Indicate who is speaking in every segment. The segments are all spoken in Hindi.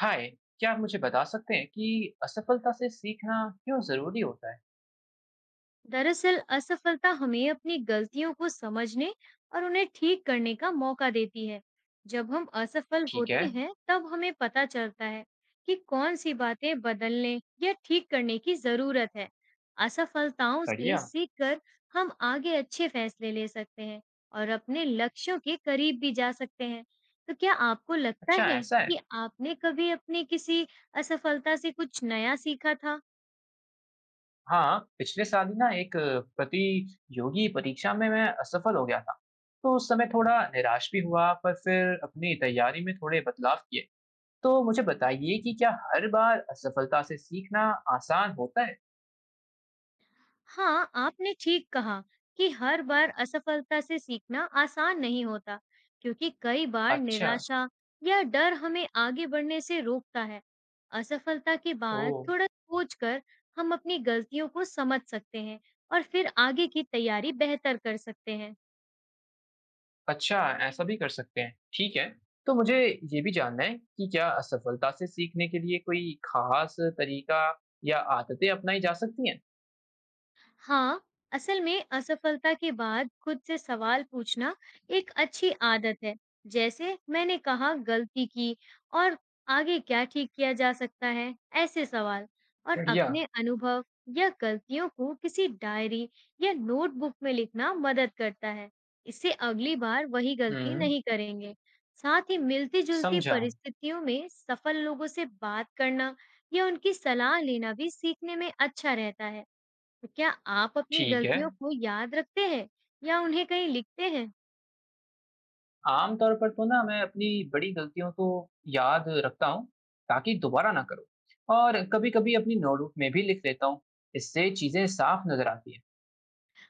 Speaker 1: हाय। क्या आप मुझे बता सकते हैं कि असफलता से सीखना क्यों जरूरी होता है?
Speaker 2: दरअसल असफलता हमें अपनी गलतियों को समझने और उन्हें ठीक करने का मौका देती है। जब हम असफल
Speaker 1: ठीक है।
Speaker 2: होते हैं, तब हमें पता चलता है कि कौन सी बातें बदलने या ठीक करने की जरूरत है। असफलताओं से
Speaker 1: बढ़िया।
Speaker 2: सीखकर हम आगे अच्छे फैसले ले सकते हैं और अपने लक्ष्यों के करीब भी जा सकते हैं। तो क्या आपको लगता
Speaker 1: अच्छा,
Speaker 2: है
Speaker 1: ऐसा है।
Speaker 2: कि आपने कभी अपनी किसी असफलता से कुछ नया सीखा था?
Speaker 1: हाँ, पिछले साल ही ना एक प्रतियोगी परीक्षा में मैं असफल हो गया था। तो उस समय थोड़ा निराश भी हुआ, पर फिर अपनी तैयारी में थोड़े बदलाव किए। तो मुझे बताइए कि क्या हर बार असफलता से सीखना आसान होता है?
Speaker 2: हाँ, आपने ठीक कहा कि हर बार असफलता से सीखना आसान नहीं होता, क्योंकि कई बार
Speaker 1: अच्छा।
Speaker 2: निराशा या डर हमें आगे बढ़ने से रोकता है। असफलता के
Speaker 1: ओ।
Speaker 2: बाद थोड़ा सोचकर हम अपनी गलतियों को समझ सकते हैं और फिर आगे की तैयारी बेहतर कर सकते हैं।
Speaker 1: अच्छा, ऐसा भी कर सकते हैं। ठीक है, तो मुझे ये भी जानना है कि क्या असफलता से सीखने के लिए कोई खास तरीका या आदतें अपनाई जा सकती हैं?
Speaker 2: हाँ, असल में असफलता के बाद खुद से सवाल पूछना एक अच्छी आदत है। जैसे मैंने कहा गलती की और आगे क्या ठीक किया जा सकता है? ऐसे सवाल और
Speaker 1: बढ़िया।
Speaker 2: अपने अनुभव या गलतियों को किसी डायरी या नोटबुक में लिखना मदद करता है। इससे अगली बार वही गलती
Speaker 1: हुँ।
Speaker 2: नहीं करेंगे। साथ ही मिलती-जुलती
Speaker 1: समझा।
Speaker 2: परिस्थितियों में सफल लोगों से बात करना या उनकी सलाह लेना भी सीखने में अच्छा रहता है। तो क्या आप अपनी
Speaker 1: ठीक है,
Speaker 2: गलतियों को याद रखते हैं या उन्हें कहीं लिखते हैं?
Speaker 1: आम तौर पर तो ना मैं अपनी बड़ी गलतियों को याद रखता हूँ ताकि दोबारा ना करूँ, और कभी-कभी अपनी नोटबुक में भी लिख लेता हूँ। इससे चीज़ें साफ नज़र आती हैं।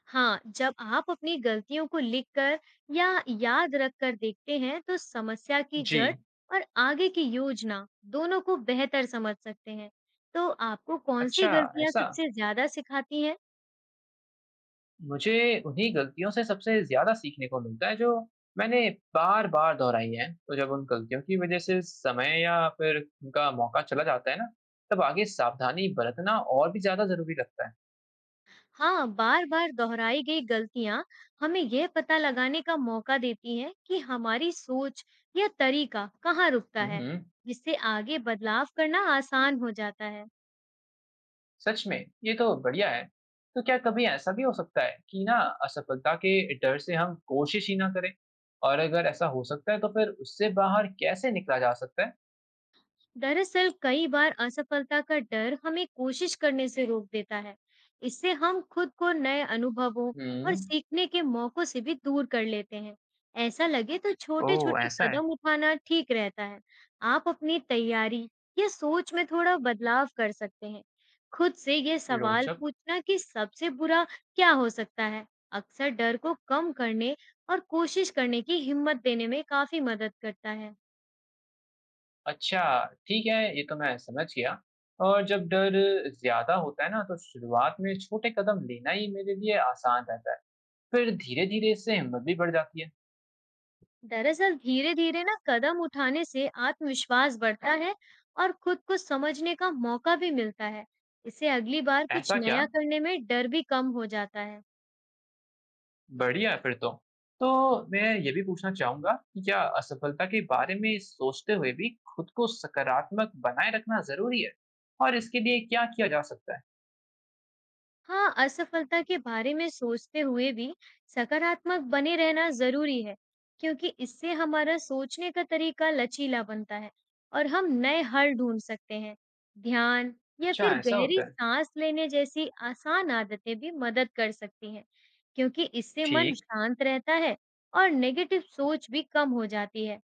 Speaker 2: हाँ, जब आप अपनी गलतियों को लिखकर या याद रख कर देखते हैं, तो समस्या की जड़
Speaker 1: जी।
Speaker 2: और आगे की योजना दोनों को बेहतर समझ सकते हैं। तो आपको कौन सी
Speaker 1: अच्छा,
Speaker 2: गलतियाँ
Speaker 1: ऐसा।
Speaker 2: सबसे ज़्यादा सिखाती हैं?
Speaker 1: मुझे उन्हीं गलतियों से सबसे ज़्यादा सीखने को मिलता है, जो मैंने बार-बार दोहराई हैं। तो जब उन गलतियों की वज़ह से समय या फिर उनका मौका चला जाता है ना, तब आगे सावधानी बरतना और भी ज़्यादा ज़रूरी लगता है।
Speaker 2: हाँ, बार-बार दोहराई गई गलतियाँ हमें यह पता लगाने का मौका देती हैं कि हमारी सोच या तरीका कहाँ रुकता है,
Speaker 1: हुँ।
Speaker 2: जिससे आगे बदलाव करना आसान हो जाता है।
Speaker 1: सच में, ये तो बढ़िया है। तो क्या कभी ऐसा भी हो सकता है कि ना असफलता के डर से हम कोशिश ही ना करें? और अगर ऐसा हो सकता है, तो फिर उससे बाहर कैसे निकला जा सकता है?
Speaker 2: दरअसल कई बार असफलता का डर हमें कोशिश करने से रोक देता है। इससे हम खुद को नए अनुभवों और
Speaker 1: हुँ।
Speaker 2: सीखने के मौकों से भी दूर कर लेते हैं। ऐसा लगे तो छोटे
Speaker 1: ओह!
Speaker 2: छोटे
Speaker 1: ऐसा है।
Speaker 2: कदम उठाना ठीक रहता है। आप अपनी तैयारी या सोच में थोड़ा बदलाव कर सकते हैं। खुद से ये सवाल
Speaker 1: रोचक।
Speaker 2: पूछना कि सबसे बुरा क्या हो सकता है, अक्सर डर को कम करने और कोशिश करने की हिम्मत देने में काफी मदद करता है।
Speaker 1: अच्छा, ठीक है, ये तो मैं समझ गया। और जब डर ज़्यादा होता है ना, तो शुरुआत में छोटे कदम लेना ही मेरे लिए आसान रहता है। फिर धीरे-धीरे इससे हिम्मत भी बढ़ जाती है।
Speaker 2: दरअसल धीरे-धीरे ना कदम उठाने से आत्मविश्वास बढ़ता है और खुद को समझने का मौका भी मिलता है। इससे अगली बार कुछ
Speaker 1: ऐसा क्या?
Speaker 2: नया करने में डर भी कम हो जाता है।
Speaker 1: बढ़िया है फिर तो। तो मैं ये भी पूछना चाहूँगा कि क्या असफलता के बारे में सोचते हुए भी खुद को सकारात्मक बनाए रखना ज़रूरी है? और इसके लिए क्या किया जा सकता है?
Speaker 2: हाँ, असफलता के बारे में सोचते हुए भी सकारात्मक बने रहना ज़रूरी है, क्योंकि इससे हमारा सोचने का तरीका लचीला बनता है और हम नए हल ढूँढ सकते हैं। ध्यान या
Speaker 1: अच्छा,
Speaker 2: फिर
Speaker 1: ऐसा होता
Speaker 2: गहरी
Speaker 1: है।
Speaker 2: साँस लेने जैसी आसान आदतें भी मदद कर सकती हैं, क्योंकि इससे मन
Speaker 1: ठीक।
Speaker 2: शांत रहता है और नेगेटिव सोच भी कम हो जाती है।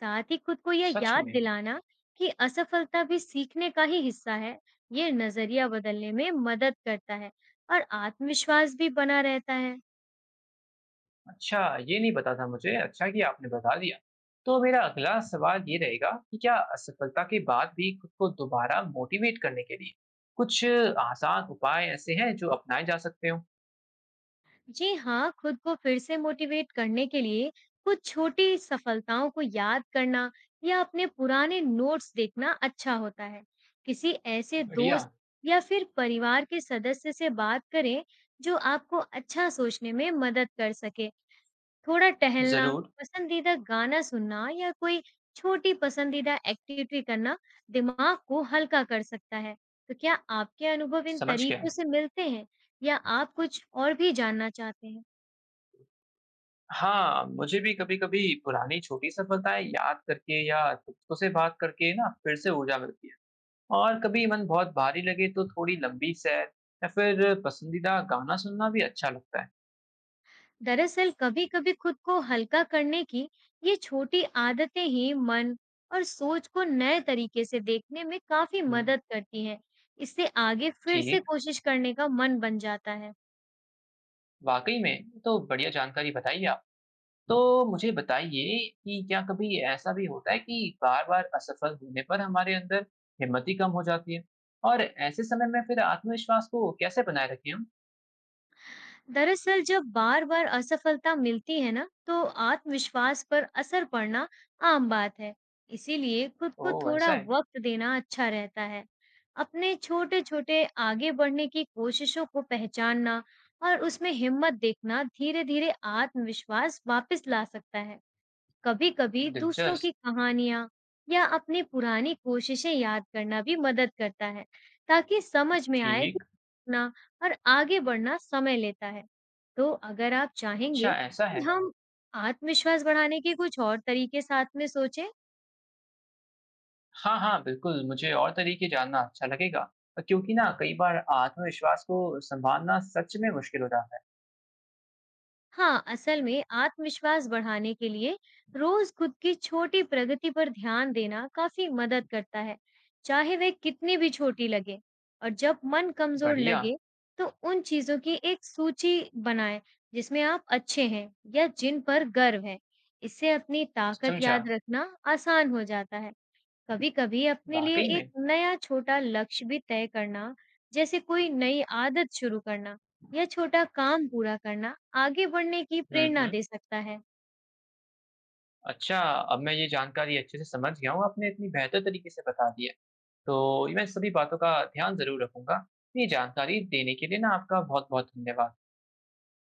Speaker 2: साथ ही खुद को यह
Speaker 1: सच
Speaker 2: याद
Speaker 1: में।
Speaker 2: दिलाना कि असफलता भी सीखने का ही हिस्सा है, ये नजरिया बदलने में मदद करता है और आत्मविश्वास भी बना रहता है।
Speaker 1: अच्छा, ये नहीं पता था मुझे। अच्छा कि आपने बता दिया। तो मेरा अगला सवाल ये रहेगा कि क्या असफलता के बाद भी खुद को दोबारा मोटिवेट करने के लिए कुछ आसान उपाय ऐसे हैं जो अपनाए जा सकते हो?
Speaker 2: जी हाँ, खुद को फिर से मोटिवेट करने के लिए कुछ छोटी सफलताओं को याद करना या अपने पुराने नोट्स देखना अच्छा होता है। किसी ऐसे
Speaker 1: बढ़िया।
Speaker 2: दोस्त या फिर परिवार के सदस्य से बात करें जो आपको अच्छा सोचने में मदद कर सके। थोड़ा टहलना,
Speaker 1: जरूर।
Speaker 2: पसंदीदा गाना सुनना या कोई छोटी पसंदीदा एक्टिविटी करना दिमाग को हल्का कर सकता है। तो क्या आपके अनुभव इन
Speaker 1: समझ गया।
Speaker 2: तरीकों से मिलते हैं या आप कुछ और भी जानना चाहते हैं?
Speaker 1: हाँ, मुझे भी कभी कभी पुरानी छोटी सफलताएं याद करके या दोस्तों से बात करके ना फिर से ऊर्जा मिलती है। और कभी मन बहुत भारी लगे तो थोड़ी लंबी सैर या फिर पसंदीदा गाना सुनना भी अच्छा लगता है।
Speaker 2: दरअसल कभी-कभी खुद को हल्का करने की ये छोटी आदतें ही मन और सोच को नए तरीके से देखने में काफ़ी
Speaker 1: हम्म।
Speaker 2: मदद करती हैं। इससे आगे फिर से
Speaker 1: ठीक।
Speaker 2: कोशिश करने का मन बन जाता है।
Speaker 1: वाकई में, ये तो बढ़िया जानकारी बताई आप। तो मुझे बताइए कि क्या कभी ऐसा भी होता है कि बार-बार असफल होने पर हमारे अंदर हिम्मत ही कम हो जाती है? और ऐसे समय में फिर आत्मविश्वास को कैसे बनाए रखें हम?
Speaker 2: दरअसल जब बार बार असफलता मिलती है ना, तो आत्मविश्वास पर असर पड़ना आम बात है। इसीलिए खुद को
Speaker 1: ओह!
Speaker 2: थोड़ा
Speaker 1: ऐसा है।
Speaker 2: वक्त देना अच्छा रहता है। अपने छोटे छोटे आगे बढ़ने की कोशिशों को पहचानना और उसमें हिम्मत देखना धीरे धीरे आत्मविश्वास वापस ला सकता है। कभी-कभी दूसरों की
Speaker 1: दिलचस्प।
Speaker 2: कहानियाँ या अपनी पुरानी कोशिशें याद करना भी मदद करता है, ताकि समझ में आए कि
Speaker 1: ठीक।
Speaker 2: ना और आगे बढ़ना समय लेता है। तो अगर आप
Speaker 1: अच्छा,
Speaker 2: चाहेंगे
Speaker 1: ऐसा
Speaker 2: कि
Speaker 1: है।
Speaker 2: हम आत्मविश्वास बढ़ाने के कुछ और तरीके साथ में सोचें।
Speaker 1: हाँ, हाँ, बिल्कुल, मुझे और तरीके जानना अच्छा लगेगा। क्योंकि ना कई बार आत्मविश्वास को सँभालना सच में मुश्किल हो जाता है।
Speaker 2: हाँ, असल में आत्मविश्वास बढ़ाने के लिए रोज खुद की छोटी प्रगति पर ध्यान देना काफी मदद करता है, चाहे वह कितनी भी छोटी लगे। और जब मन कमजोर
Speaker 1: बढ़िया।
Speaker 2: लगे, तो उन चीजों की एक सूची बनाएं जिसमें आप अच्छे हैं या जिन पर गर्व है। इससे अपनी ताकत
Speaker 1: समझा।
Speaker 2: याद रखना आसान हो जाता है। कभी-कभी अपने लिए
Speaker 1: वाक़ई
Speaker 2: एक
Speaker 1: में।
Speaker 2: नया छोटा लक्ष्य भी तय करना, जैसे कोई नई आदत शुरू करना या छोटा काम पूरा करना, आगे बढ़ने की
Speaker 1: हुँ,
Speaker 2: प्रेरणा
Speaker 1: हुँ।
Speaker 2: दे सकता है।
Speaker 1: अच्छा, अब मैं ये जानकारी अच्छे से समझ गया हूँ, आपने इतनी बेहतर तरीके से बता दी है। तो मैं सभी बातों का ध्यान ज़रूर रखूँगा। ये जानकारी देने के लिए ना आपका बहुत-बहुत धन्यवाद।